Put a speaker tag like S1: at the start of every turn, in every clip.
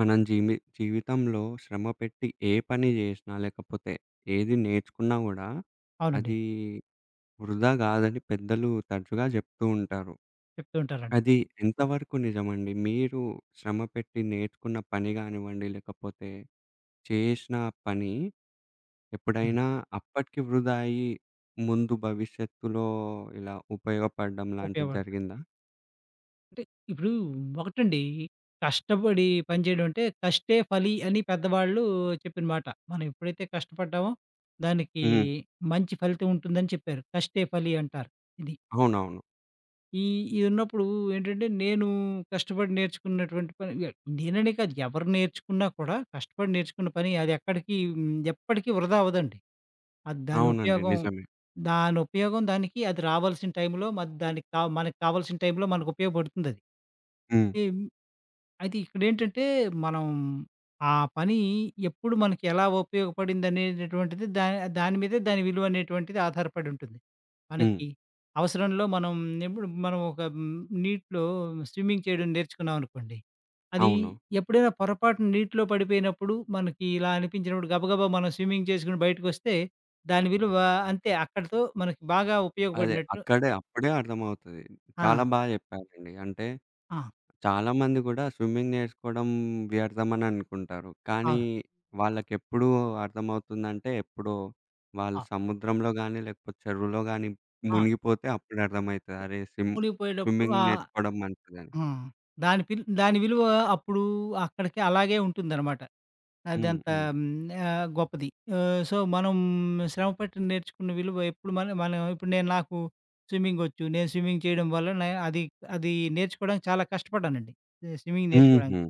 S1: మనం జీవితంలో శ్రమ పెట్టి ఏ పని చేసినా లేకపోతే ఏది నేర్చుకున్నా గూడా,
S2: అవునండి.
S1: అది వృధా గాదని పెద్దలు తరచుగా జెప్తూ ఉంటారు.
S2: చెప్తూ ఉంటారండి.
S1: అది ఎంతవరకు నిజమండి? మీరు శ్రమ పెట్టి నేర్చుకున్న పని గానివ్వండి, లేకపోతే చేసిన పని
S2: హ్మ్.
S1: ఎప్పుడైనా అప్పటికి వృధా అయ్యి, ముందు భవిష్యత్తులో ఇలా ఉపయోగపడడం లాంటిది
S2: ఉపయోగపడతాయి.
S1: జరిగిందా?
S2: అంటే ఇప్పుడు ఒకటండి, కష్టపడి పని చేయడం అంటే కష్టే ఫలి అని పెద్దవాళ్ళు చెప్పిన మాట. మనం ఎప్పుడైతే కష్టపడ్డామో దానికి
S1: హ్మ్.
S2: మంచి ఫలితం ఉంటుందని చెప్పారు. కష్టే ఫలి అంటారు. ఇది.
S1: అవునవును.
S2: ఈ ఇది ఉన్నప్పుడు ఏంటంటే, నేను కష్టపడి నేర్చుకున్నటువంటి పని ఎ నేననే కాదు, ఎవరు నేర్చుకున్నా కూడా కష్టపడి నేర్చుకున్న పని అది ఎక్కడికి ఎప్పటికీ వృధా అవ్వదండి. అది దాని
S1: అవునండి.
S2: ఉపయోగం,
S1: నిజమే.
S2: దాని ఉపయోగం దానికి అది రావాల్సిన టైంలో, మరి దానికి కా మనకు కావాల్సిన టైంలో మనకు ఉపయోగపడుతుందది.
S1: హ్మ్.
S2: ఏం అయితే ఇక్కడేంటంటే, మనం ఆ పని ఎప్పుడు మనకి ఎలా ఉపయోగపడిందనేటటువంటిది దా దాని దాని మీదే దాని విలువనేటువంటిది ఆధారపడి ఉంటుంది.
S1: హ్మ్.
S2: మనకి అవసరంలో మనం ఎప్పుడు మనం ఒక నీటిలో స్విమ్మింగ్ చేయడం నేర్చుకున్నామనుకోండి. అది
S1: అవును.
S2: ఎప్పుడైనా పొరపాటున నీటిలో పడిపోయినప్పుడు మనకి ఇలా అనిపించినప్పుడు గబగబా మనం స్విమ్మింగ్ చేసుకొని బయటకొస్తే దాని విలువ అంతే, అక్కడితో మనకి బాగా
S1: అదే.
S2: ఉపయోగపడినట్టు.
S1: అక్కడే అప్పుడే అర్థమవుతది.
S2: ఆ!
S1: చాలా చెప్పారండి. అంటే
S2: ఆ!
S1: చాలామంది గూడా స్విమ్మింగ్ నేర్చుకోవడం వ్యర్థమని అనుకుంటారు. కానీ
S2: అవును.
S1: వాళ్ళకెప్పుడు అర్థమవుతుందంటే, ఎప్పుడో వాళ్ళు
S2: ఆ!
S1: సముద్రంలో గానీ, లేకపోతే చెరువులో గానీ
S2: ఆ!
S1: మునిగిపోతే అప్పుడు అర్థమైతది. అరే!
S2: మునిగిపోయేటప్పుడు
S1: స్విమ్మింగ్ నేర్చుకోవడం మంచిదని.
S2: హ్మ్. దాని దాని విలువ అప్పుడు అక్కడికి అలాగే ఉంటుందనమాట.
S1: హ్మ్.
S2: అదంత
S1: హ్మ్.
S2: హ్మ్, గొప్పది. సో, మనం శ్రమపట్టి నేర్చుకున్న విలువ ఎప్పుడు మనం మనం ఇప్పుడు నేను నాకు స్విమ్మింగొచ్చు. నేను స్విమ్మింగ్ చేయడం వల్ల నే అది, అది నేర్చుకోవడానికి చాలా కష్టపడ్డానండి. స్విమ్మింగ్ నేర్చుకోవడానికి.
S1: హుహు.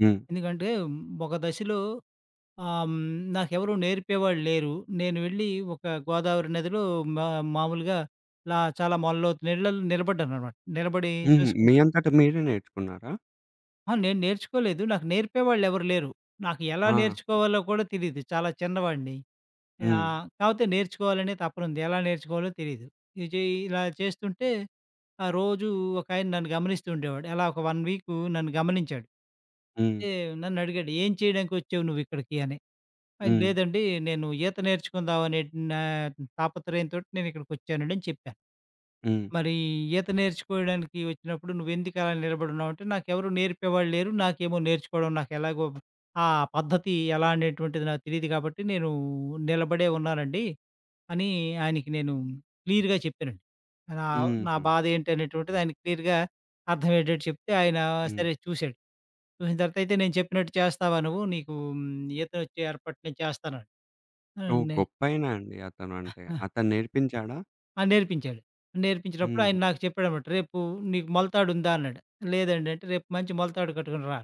S1: హ్మ్.
S2: ఎందుకంటే ఒక దశలో ఆ! హ్మ్. నాకెవరు నేర్పేవాళ్ళు లేరు. నేను వెళ్ళి ఒక గోదావరి నదిలో మా మామూలుగా ఇలా చాలా ముళ్ళలోతు నీళ్ళలో నిలబడ్డాననమాట. నిలబడి
S1: హుహు. మీ
S2: చూసుకుంటూ
S1: అంతట మీరే నేర్చుకున్నారా?
S2: ఆ! నేను నేర్చుకోలేదు. నాకు నేర్పేవాళ్ళెవరు లేరు. నాకు ఎలా
S1: ఆ!
S2: నేర్చుకోవాలో కూడా తెలీదు. చాలా చిన్నవాడిని.
S1: హ్మ్.
S2: కాపోతే నేర్చుకోవాలనే తపనుంది. ఎలా నేర్చుకోవాలో తెలీదు. ఇది చెయ్ ఇలా చేస్తుంటే ఆ రోజు ఒకాయన నన్ను గమనిస్తూ ఉండేవాడు. అలా ఒక 1 వీకు నన్ను గమనించాడు.
S1: హ్మ్.
S2: అయితే నన్నడిగాడు, "ఏం చేయడానికొచ్చావు నువ్విక్కడికి" అని. ఆయన
S1: హ్మ్.
S2: లేదండి. నేను ఈత నేర్చుకుందాం అనే నా తాపత్రయంతోటి నేను ఇక్కడికొచ్చానండి అని చెప్పాను.
S1: హ్మ్.
S2: మరి ఈత నేర్చుకోవడానికి వచ్చినప్పుడు నువ్వెందుకు అలా నిలబడున్నావు అంటే, నాకెవరు నేర్పేవాళ్ళు లేరు. నాకేమో నేర్చుకోవడం నాకు ఎలాగో ఆ పద్ధతి ఎలా అనేటువంటిది నాకు తెలీదు కాబట్టి నేను నిలబడే ఉన్నానండి అని ఆయనకి నేను క్లియర్‌గా చెప్పానండి. నా నా
S1: హుహు.
S2: బాధ ఏంటి అనేటువంటిది ఆయనకి క్లియర్‌గా అర్థమయ్యేటట్టు చెప్తే ఆయన
S1: హ్మ్.
S2: సరే చూసాడు. చూసిన తర్వాత అయితే నేను చెప్పినట్టు చేస్తావా నువ్వు? నీకు ఈత వచ్చే ఏర్పాటు నేను చేస్తానన్నాడు.
S1: ఓహ్! గొప్పైయన అండి అతనంటే.
S2: ఆ!
S1: అతను నేర్పించాడా?
S2: ఆ! నేర్పించాడు. నేర్పించేటప్పుడు
S1: హుహు.
S2: ఆయన నాకు చెప్పాడన్నమాట. "రేపు నీకు మొలతాడుందా?" అన్నాడు. "లేదండి" అంటే, "రేపు మంచి మొలతాడు కట్టుకొని రా"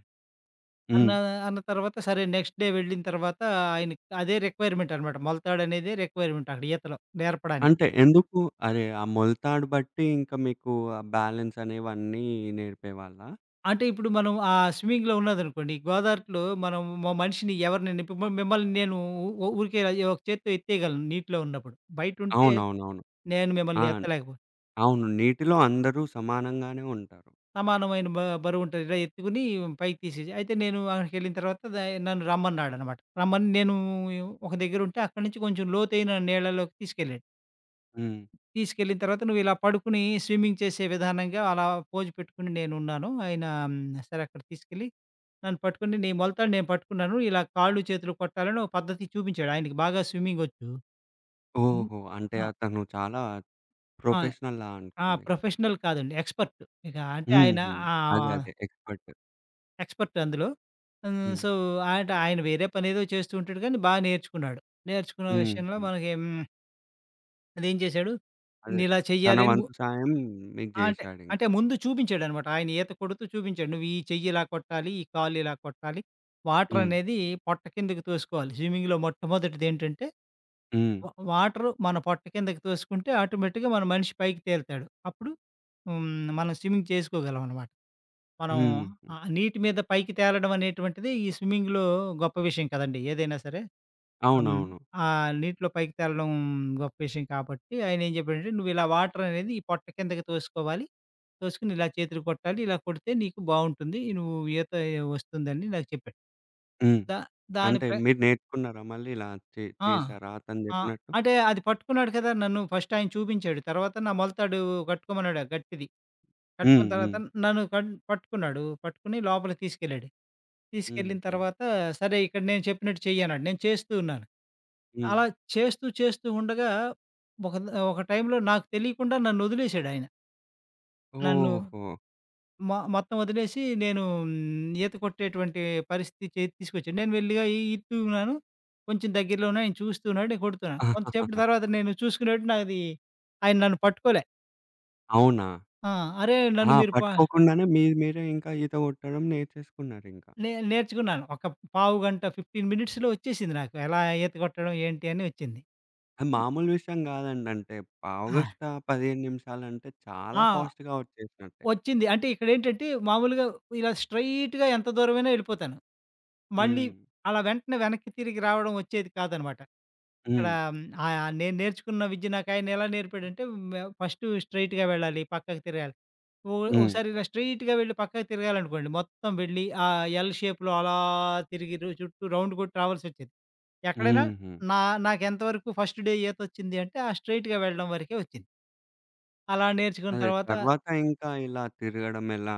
S1: హ్మ్.
S2: అన్న అన్న తర్వాత సరే నెక్స్ట్ డే వెళ్ళిన తర్వాత ఆయనకి అదే రిక్వైర్మెంట్ అనమాట. మొలతాడనేదే రిక్వైర్మెంట్ అక్కడ ఈతలో నేర్పడానికి.
S1: అంటే ఎందుకు? అరే! ఆ మొలతాడు బట్టి ఇంకా మీకు ఆ బ్యాలెన్స్ అనేవన్నీ నేర్పేవాళ్ళా?
S2: అంటే ఇప్పుడు మనం ఆ స్విమ్మింగ్‌లో ఉన్నదనుకోండి, గోదావరిలో మనం మా మనిషిని ఎవరినైనా ఇప్పుడు మిమ్మల్ని నేను ఊరికే ఒక చేత్తో ఎత్తేయగలను నీటిలో ఉన్నప్పుడు. బయటుంటే
S1: అవునవునవును.
S2: నేను
S1: ఆ!
S2: మిమ్మల్ని ఎత్తలేకపో,
S1: అవును. నీటిలో అందరూ సమానంగానే ఉంటారు.
S2: సమానమైన బరువుంటది. ఇలా ఎత్తుకుని పైకి తీసేసి అయితే నేను అక్కడికెళ్ళిన తర్వాత ద నన్ను రమ్మన్నాడనమాట. రమ్మని నేను ఒక దగ్గరుంటే అక్కడి నుంచి కొంచెం లోతైన నీళ్ళలోకి తీసుకెళ్ళాడు.
S1: హ్మ్.
S2: తీసుకెళ్ళిన తర్వాత "నువ్వు ఇలా పడుకుని స్విమ్మింగ్ చేసే విధానంగా అలా పోజ్ పెట్టుకుని నేనున్నాను." ఆయన మ్, సరే అక్కడ తీసుకెళ్ళి నన్ను పట్టుకొని నీ మొలతాడు నేను పట్టుకున్నాను. ఇలా కాళ్ళు, చేతులు కొట్టాలని ఒక పద్ధతి చూపించాడు. ఆయనకి బాగా స్విమ్మింగొచ్చు. హ్మ్.
S1: ఓహో! అంటే
S2: ఆ!
S1: అతను చాలా
S2: ఆ!
S1: ప్రొఫెషనల్‌లా
S2: ఆ!
S1: అనుకోండి.
S2: ప్రొఫెషనల్ కాదండి. ఎక్స్‌పర్ట్. ఇక అంటే ఆయన
S1: హుహు.
S2: ఆ!
S1: అదే. అదే. ఎక్స్‌పర్ట్.
S2: ఎక్స్‌పర్ట్ అందులో. హ్మ్.
S1: హ్మ్.
S2: సో, ఆట ఆయన వేరే పనేదో చేస్తూ ఉంటాడు కానీ బా నేర్చుకున్నాడు. నేర్చుకున్న విషయంలో
S1: హుహు.
S2: మనకి అదేం చేశాడు,
S1: అదే.
S2: "నీలా
S1: తన
S2: చెయ్యాలి" అని ము
S1: వంతు సాయం మీకు
S2: ఆ! అంటే,
S1: జేశాడింక.
S2: అంటే ముందు చూపించాడనమాట. ఆయన ఈత కొడుతూ చూపించాడు. "నువ్వు ఈ చెయ్యి ఇలా కొట్టాలి, ఈ కాలు ఇలా కొట్టాలి, వాటర్
S1: హ్మ్.
S2: అనేది పొట్ట కిందకి తోసుకోవాలి." స్విమ్మింగ్‌లో మొట్టమొదటిదేంటంటే
S1: హ్మ్.
S2: వాటరు మన పొట్ట కిందకి తోసుకుంటే ఆటోమేటిక్‌గా మన మనిషి పైకి తేలుతాడు. అప్పుడు హ్మ్, మనం స్విమ్మింగ్ చేసుకోగలం అనమాట. మనం
S1: హ్మ్.
S2: ఆ నీటి మీద పైకి తేలడం అనేటువంటిది ఈ స్విమ్మింగ్‌లో గొప్ప విషయం కదండీ! ఏదైనా సరే. హ్మ్.
S1: అవునవును.
S2: ఆ నీటిలో పైకి తేలడం గొప్ప విషయం కాబట్టి ఆయనేం చెప్పాడంటే, "నువ్విలా వాటర్ అనేది ఈ పొట్ట కిందకి తోసుకోవాలి. తోసుకొని ఇలా చేతులు కొట్టాలి. ఇలా కొడితే నీకు బావుంటుంది. నువ్వు ఈత వస్తుందని" నాకు చెప్పాడు.
S1: హ్మ్.
S2: దా దాని
S1: అంటే
S2: ప్ర
S1: మీరు నేర్చుకున్నారా మళ్ళీ ఇలా
S2: ఆ!
S1: చేశారా అతను
S2: ఆ!
S1: జెప్పినట్టు?
S2: అంటే అది పట్టుకున్నాడు కదా! నన్ను ఫస్ట్ ఆయన చూపించాడు. తర్వాత నా మొలతాడు కట్టుకోమన్నాడు ఆ గట్టిది. కట్టుకున్న
S1: హ్మ్. హ్మ్.
S2: తర్వాత నన్ను పట్టుకున్నాడు. పట్టుకొని లోపలికి తీసుకెళ్ళాడు.
S1: హుహు.
S2: తీసుకెళ్ళిన
S1: హ్మ్.
S2: తర్వాత సరే ఇక్కడ నేను చెప్పినట్టు చెయ్యి అన్నాడు. నేను చేస్తూ ఉన్నాను.
S1: హ్మ్.
S2: అలా చేస్తూ, చేస్తూ ఉండగా ఒక ఒక టైంలో నాకు తెలియకుండా నన్నొదిలేసాడాయన. నన్ను
S1: ఓహో!
S2: మొత్తం వదిలేసి నేను ఈత కొట్టేటువంటి పరిస్థితి చే తీసుకొచ్చాడు. నేను మెల్లిగా ఈదుతూ ఉన్నాను. కొంచెం దగ్గరలో ఉన్న ఆయన చూస్తూ ఉన్నాడు. నేను కొడుతున్నాను. కొంతసేపటి తర్వాత నేను చూసుకునేట్టు నాది ఆయన నన్ను పట్టుకోలే.
S1: అవునా?
S2: ఆ! "అరే! నన్ను
S1: ఆ!
S2: మీరు పా"
S1: పట్టుకోకుండానే మీరే ఇంకా ఈత కొట్టడం నేర్చేసుకున్నారింకా.
S2: నేర్చుకున్నాను. ఒక పావుగంట 15 మినిట్స్‌లో వచ్చేసింది నాకు. ఎలా ఈత కొట్టడం ఏంటి అని వచ్చింది.
S1: అది
S2: ఈ
S1: మామూలు విషయం గాదండి. అంటే
S2: ఆ!
S1: పావుగంట, 15 నిమిషాలంటే చాలా
S2: ఆ!
S1: ఫాస్ట్‌గా వచ్చేసినట్టే.
S2: వచ్చింది. అంటే ఇక్కడేంటంటే మామూలుగా ఇలా స్ట్రెయిట్‌గా ఎంత దూరమైనా ఎళ్ళిపోతాను. మళ్ళీ
S1: హ్మ్.
S2: అలా వెంటనే వెనక్కి తిరిగి రావడం వచ్చేది కాదనమాట. ఇక్కడ
S1: హ్మ్.
S2: నేను నేర్చుకున్న విద్య నాకాయన ఎలా నేర్పాడంటే మ ఫస్టు స్ట్రెయిట్‌గా వెళ్ళాలి, పక్కకి తిరగాలి. ఓ
S1: హ్మ్.
S2: ఒకసారి ఇలా స్ట్రెయిట్‌గా వెళ్ళి పక్కకి తిరగాలనుకోండి, మొత్తం వెళ్ళి ఆ ఎల్ షేప్‌లో అలా తిరిగి రు చుట్టూ రౌండ్ కొట్టి రావాల్సొచ్చేది. ఎక్కడైనా
S1: హుహు.
S2: నా నాకెంతవరకు ఫస్ట్ డే ఈతొచ్చింది అంటే, ఆ స్ట్రెయిట్‌గా వెళ్ళడం వరకే వచ్చింది. అలా నేర్చుకున్న
S1: అదే.
S2: తర్వాత
S1: తర్వాత ఇంకా ఇలా తిరగడం ఎలా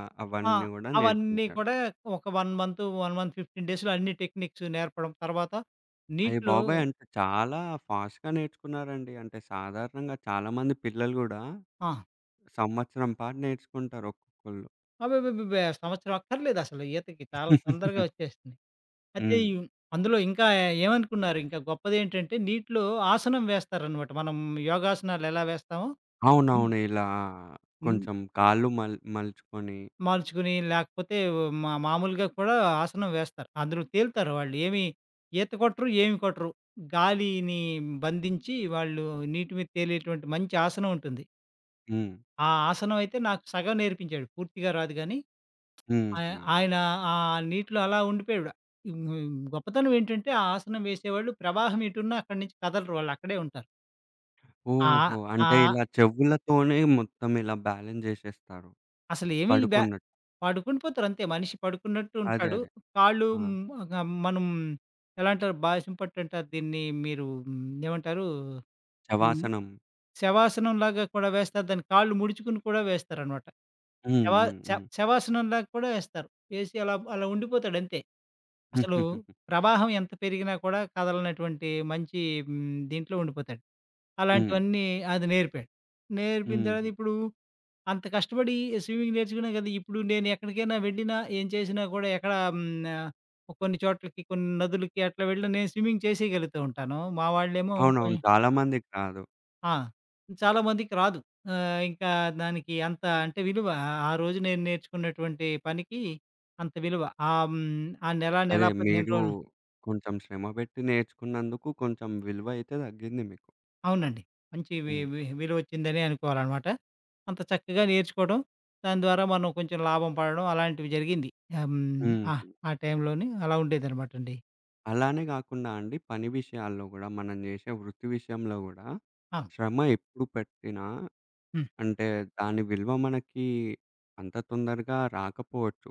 S2: ఆ!
S1: అవన్నీ గూడా
S2: అవన్నీ
S1: నేర్పించారు.
S2: కూడా ఒక 1 మంత్, 1 మంత్ 15 డేస్‌లో అన్ని టెక్నిక్స్ నేర్పడం. తర్వాత
S1: అయ్య
S2: నీటిలో
S1: బాబోయ్! అంటే చాలా ఫాస్ట్‌గా నేర్చుకున్నారండి. అంటే సాధారణంగా చాలామంది పిల్లలు గూడా
S2: ఆ!
S1: సంవత్సరం పాటు నేర్చుకుంటారు ఒక్కొక్కళ్ళు.
S2: అబ్బెబ్బెబ్బెబ్బే! సంవత్సరం అక్కర్లేదు అసలు, ఈతకి చాలా తొందరగా వచ్చేస్తుంది. అయితే
S1: హ్మ్.
S2: ఈ అందులో ఇంకా ఏమనుకున్నారు ఇంకా గొప్పదేంటంటే నీటిలో ఆసనం వేస్తారనమాట. మనం యోగాసనాలు ఎలా వేస్తామో హ్మ్.
S1: అవునవును. ఇలా
S2: హ్మ్.
S1: కొంచెం కాళ్ళు మలుచుకొని.
S2: మార్చుకుని లేకపోతే మామూలుగా కూడా ఆసనం వేస్తారు. అందులో తేలుతారు వాళ్ళు. ఏమి ఈత కొట్టరు, ఏమి కొట్టరు. గాలిని బంధించి వాళ్ళు నీటి మీద తేలేటువంటి మంచి ఆసనం ఉంటుంది.
S1: హ్మ్.
S2: ఆ ఆసనం అయితే నాకు సగం నేర్పించాడు. పూర్తిగా రాదు గానీ, ఆయ
S1: హుహు.
S2: ఆయన ఆ నీటిలో అలా ఉండిపోయాడు. హ్మ్. గొప్పతనం ఏంటంటే ఆ ఆసనం వేసేవాళ్ళు ప్రవాహం ఎటున్నా అక్కడి నుంచి కదలరు. వాళ్ళు అక్కడే ఉంటారు. ఆ!
S1: ఓహో! అంటే
S2: ఆ!
S1: ఇలా చెవులతోనే మొత్తం ఇలా బ్యాలెన్స్ జేసేస్తారు.
S2: అసలేమి బ
S1: పడుకున్నట్టు.
S2: పడుకుండి పోతారు అంతే. మనిషి పడుకున్నట్టు
S1: అదే.
S2: ఉంటాడు.
S1: అదే.
S2: కాళ్ళు
S1: ఆ!
S2: మనం ఎలా అంటారు బాసిం పట్టు అంటారు దీన్ని. మీరు ఏమంటారు? హ్మ్.
S1: శవాసనం.
S2: శవాసనంలాగా కూడా వేస్తారు. దాన్ని కాళ్ళు ముడుచుకుని కూడా వేస్తారనమాట.
S1: హ్మ్.
S2: శవా
S1: హ్మ్.
S2: శ
S1: హ్మ్.
S2: శవాసనంలాగా కూడా వేస్తారు. వేసి అలా అలా ఉండిపోతాడు అంతే. అసలు
S1: హుహుహు.
S2: ప్రవాహం ఎంత పెరిగినా కూడా కదలనటువంటి మంచి దీంట్లో ఉండిపోతాడు.
S1: హ్మ్.
S2: అలాంటివన్నీ అది నేర్పాడు. నేర్పిన తర్వాత
S1: హుహు.
S2: ఇప్పుడు అంత కష్టపడి స్విమ్మింగ్ నేర్చుకున్నాను కదా! ఇప్పుడు నేను ఎక్కడికైనా వెళ్ళినా, ఏం చేసినా కూడా ఎక్కడ ఆహ్, కొన్ని చోట్లకి, కొన్ని నదులకి అట్లా వెళ్ళినా నేను స్విమ్మింగ్ చేసేయగలుగుతూ ఉంటాను. మా వాళ్ళేమో
S1: అవునవును.
S2: కొంచెం
S1: చాలామందికి రాదు.
S2: ఆ! చాలామందికి రాదు. ఇంకా దానికి అంత అంటే విలువ, ఆ రోజు నేను నేర్చుకున్నటువంటి పనికి అంత విలువ. ఆహ్, హ్మ్, ఆ నెల,
S1: అదే.
S2: నెల 15
S1: మీరు
S2: రోజులు
S1: కొంచెం శ్రమ పెట్టి నేర్చుకున్నందుకు కొంచెం విలువ అయితే తగ్గింది మీకు.
S2: అవునండి. మంచి వి
S1: హ్మ్.
S2: వి విలువొచ్చిందనే అనుకోవాలనమాట. అంత చక్కగా నేర్చుకోవడం, దాని ద్వారా మనం కొంచెం లాభం పడడం అలాంటివి జరిగింది. హ్మ్. ఆ!
S1: హ్మ్.
S2: ఆ టైంలోనే అలా ఉండేదనమాటండి.
S1: అలానే గాకుండా అండి పని విషయాల్లో గూడా, మనం జేసే వృత్తి విషయంలో గూడా,
S2: ఆ!
S1: శ్రమ ఎప్పుడు పెట్టినా
S2: హ్మ్.
S1: అంటే దాని విలువ మనకి అంత తొందరగా రాకపోవచ్చు.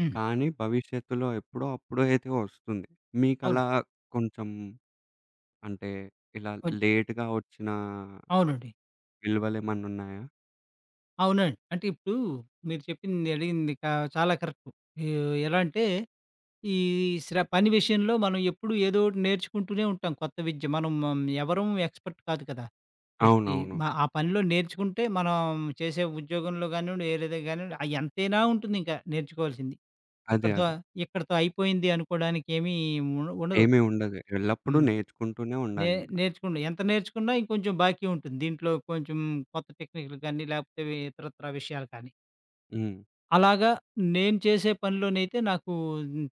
S2: హ్మ్.
S1: కానీ భవిష్యత్తులో ఎప్పుడో అప్పుడో అయితే వస్తుంది.
S2: అవును.
S1: మీకలా కొంచెం అంటే ఇలా
S2: అవును.
S1: లేట్‌గా వచ్చిన
S2: అవునండి.
S1: విలువలేమన్నున్నాయా?
S2: అవునండి. అంటే ఇప్పుడు మీరు చెప్పింది, అడిగింది కా చాలా కరెక్టు. ఈ ఎలా అంటే, ఈ శ్ర పని విషయంలో మనం ఎప్పుడూ ఏదో ఒకటి నేర్చుకుంటూనే ఉంటాం కొత్త విద్య. మనం ఎవరం ఎక్స్‌పర్ట్ కాదు కదా! ప్రతి
S1: అవునవును.
S2: ఆ పనిలో నేర్చుకుంటే మనం చేసే ఉద్యోగంలో గానివ్వండి, ఏదైనా గానివ్వండి ఎంతైనా ఉంటుందింకా నేర్చుకోవాల్సింది.
S1: అదే.
S2: ఇక్కడితో
S1: అదే.
S2: ఇక్కడితో అయిపోయింది అనుకోడానికి ఏమీ ఉండదు.
S1: ఏమీ ఉండదు. ఎల్లప్పుడూ
S2: హ్మ్.
S1: నేర్చుకుంటూనే
S2: నే
S1: ఉండాలింక.
S2: నేర్చుకున్న ఎంత నేర్చుకున్నా ఇంకొంచెం బాకీ ఉంటుంది. దీంట్లో కొంచెం కొత్త టెక్నిక్‌లు కానీ, లేకపోతే ఇతరత్రా విషయాలు కానీ.
S1: హ్మ్.
S2: అలాగా నేను చేసే పనిలోనైతే నాకు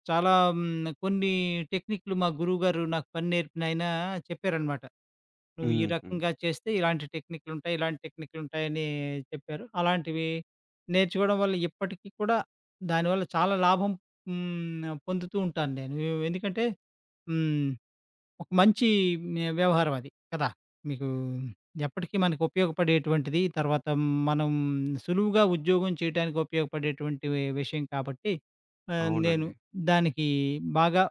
S2: చాలా కొన్ని టెక్నిక్‌లు మా గురువుగారు నాకు పని నేర్పినాయన చెప్పారనమాట. నువ్వు ఈ
S1: హుహు.
S2: రకంగా చేస్తే ఇలాంటి టెక్నిక్‌లుంటాయి, ఇలాంటి టెక్నిక్‌లుంటాయని చెప్పారు. అలాంటివి నేర్చుకోవడం వల్ల ఇప్పటికి కూడా దానివల్ల చాలా లాభం హ్మ్. పొందుతూ ఉంటాను నేను. ఎందుకంటే హ్మ్. ఒక మంచి వ్యవహారం అది కదా! మీకు ఎప్పటికీ మనకు ఉపయోగపడేటువంటిది. తర్వాత మనం సులువుగా ఉద్యోగం చేయటానికి ఉపయోగపడేటువంటి విషయం కాబట్టి నేను
S1: అవునండి.
S2: దానికి బాగా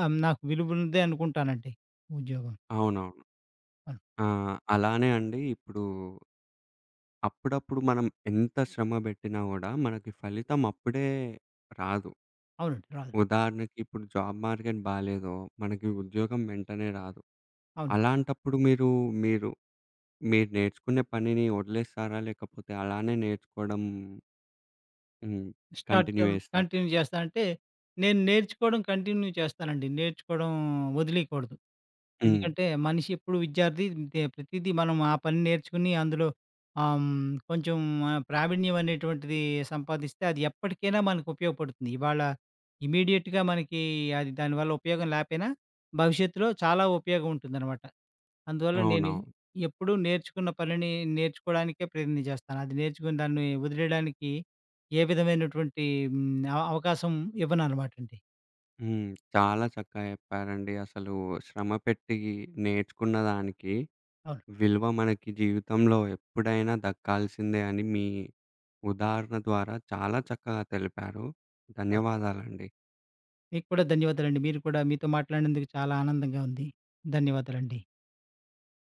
S2: నాకు విలువ ఉంది అనుకుంటానండి. ఉద్యోగం.
S1: అవునవును. ఆ! అలానే అండి ఇప్పుడు అప్పుడప్పుడు మనం ఎంత శ్రమ బెట్టినా గూడా మనకి ఫలితం అప్పుడే రాదు.
S2: అవునండి. రాదు.
S1: ఉదాహరణకి ఇప్పుడు జాబ్ మార్కెట్ బాలేదో మనకి ఉద్యోగం వెంటనే రాదు.
S2: అవును.
S1: అలాంటప్పుడు మీరు, మీరు నేర్చుకునే పనిని వదిలేస్తారా? లేకపోతే అలానే నేర్చుకోవడం హ్మ్.
S2: స్టార్ట్
S1: కంటిన్యూ
S2: చేయం
S1: చేస్తారా?
S2: కంటిన్యూ చేస్తా అంటే, నేను నేర్చుకోవడం కంటిన్యూ చేస్తానండి. నేర్చుకోవడం వదిలేయకూడదు.
S1: హ్మ్.
S2: ఎందుకంటే, మనిషి ఎప్పుడు విద్యార్థి. దే ప్రతీదీ మనం ఆ పని నేర్చుకుని అందులో కొంచెం ప్రావీణ్యం అనేటువంటిది సంపాదిస్తే అది ఎప్పటికైనా మనకు ఉపయోగపడుతుంది. ఇవాళ ఇమ్మీడియేట్‌గా మనకి అది దానివల్ల ఉపయోగం లేపోయినా, భవిష్యత్తులో చాలా ఉపయోగం ఉంటుందనమాట. అందువల్ల నేను
S1: అవునవును.
S2: ఎప్పుడూ నేర్చుకున్న పనిని నేర్చుకోవడానికే ప్రయత్నం చేస్తాను. అది నేర్చుకుని దాన్ని వదిలేయడానికి ఏ విధమైనటువంటి హ్మ్, అవకాశం ఇవ్వననమాటండి.
S1: హ్మ్. చాలా చక్కగా చెప్పారండి. అసలు శ్రమ పెట్టి నేర్చుకున్న దానికి
S2: అవును.
S1: విలువ మనకి జీవితంలో ఎప్పుడైనా దక్కాల్సిందే అని మీ ఉదాహరణ ద్వారా చాలా చక్కగా తెలిపారు.
S2: అవును.
S1: ధన్యవాదాలండి.
S2: మీకు కూడా ధన్యవాదాలండి. మీరు కూడా మీతో మాట్లాడినందుకు చాలా ఆనందంగా ఉంది. ధన్యవాదాలండి.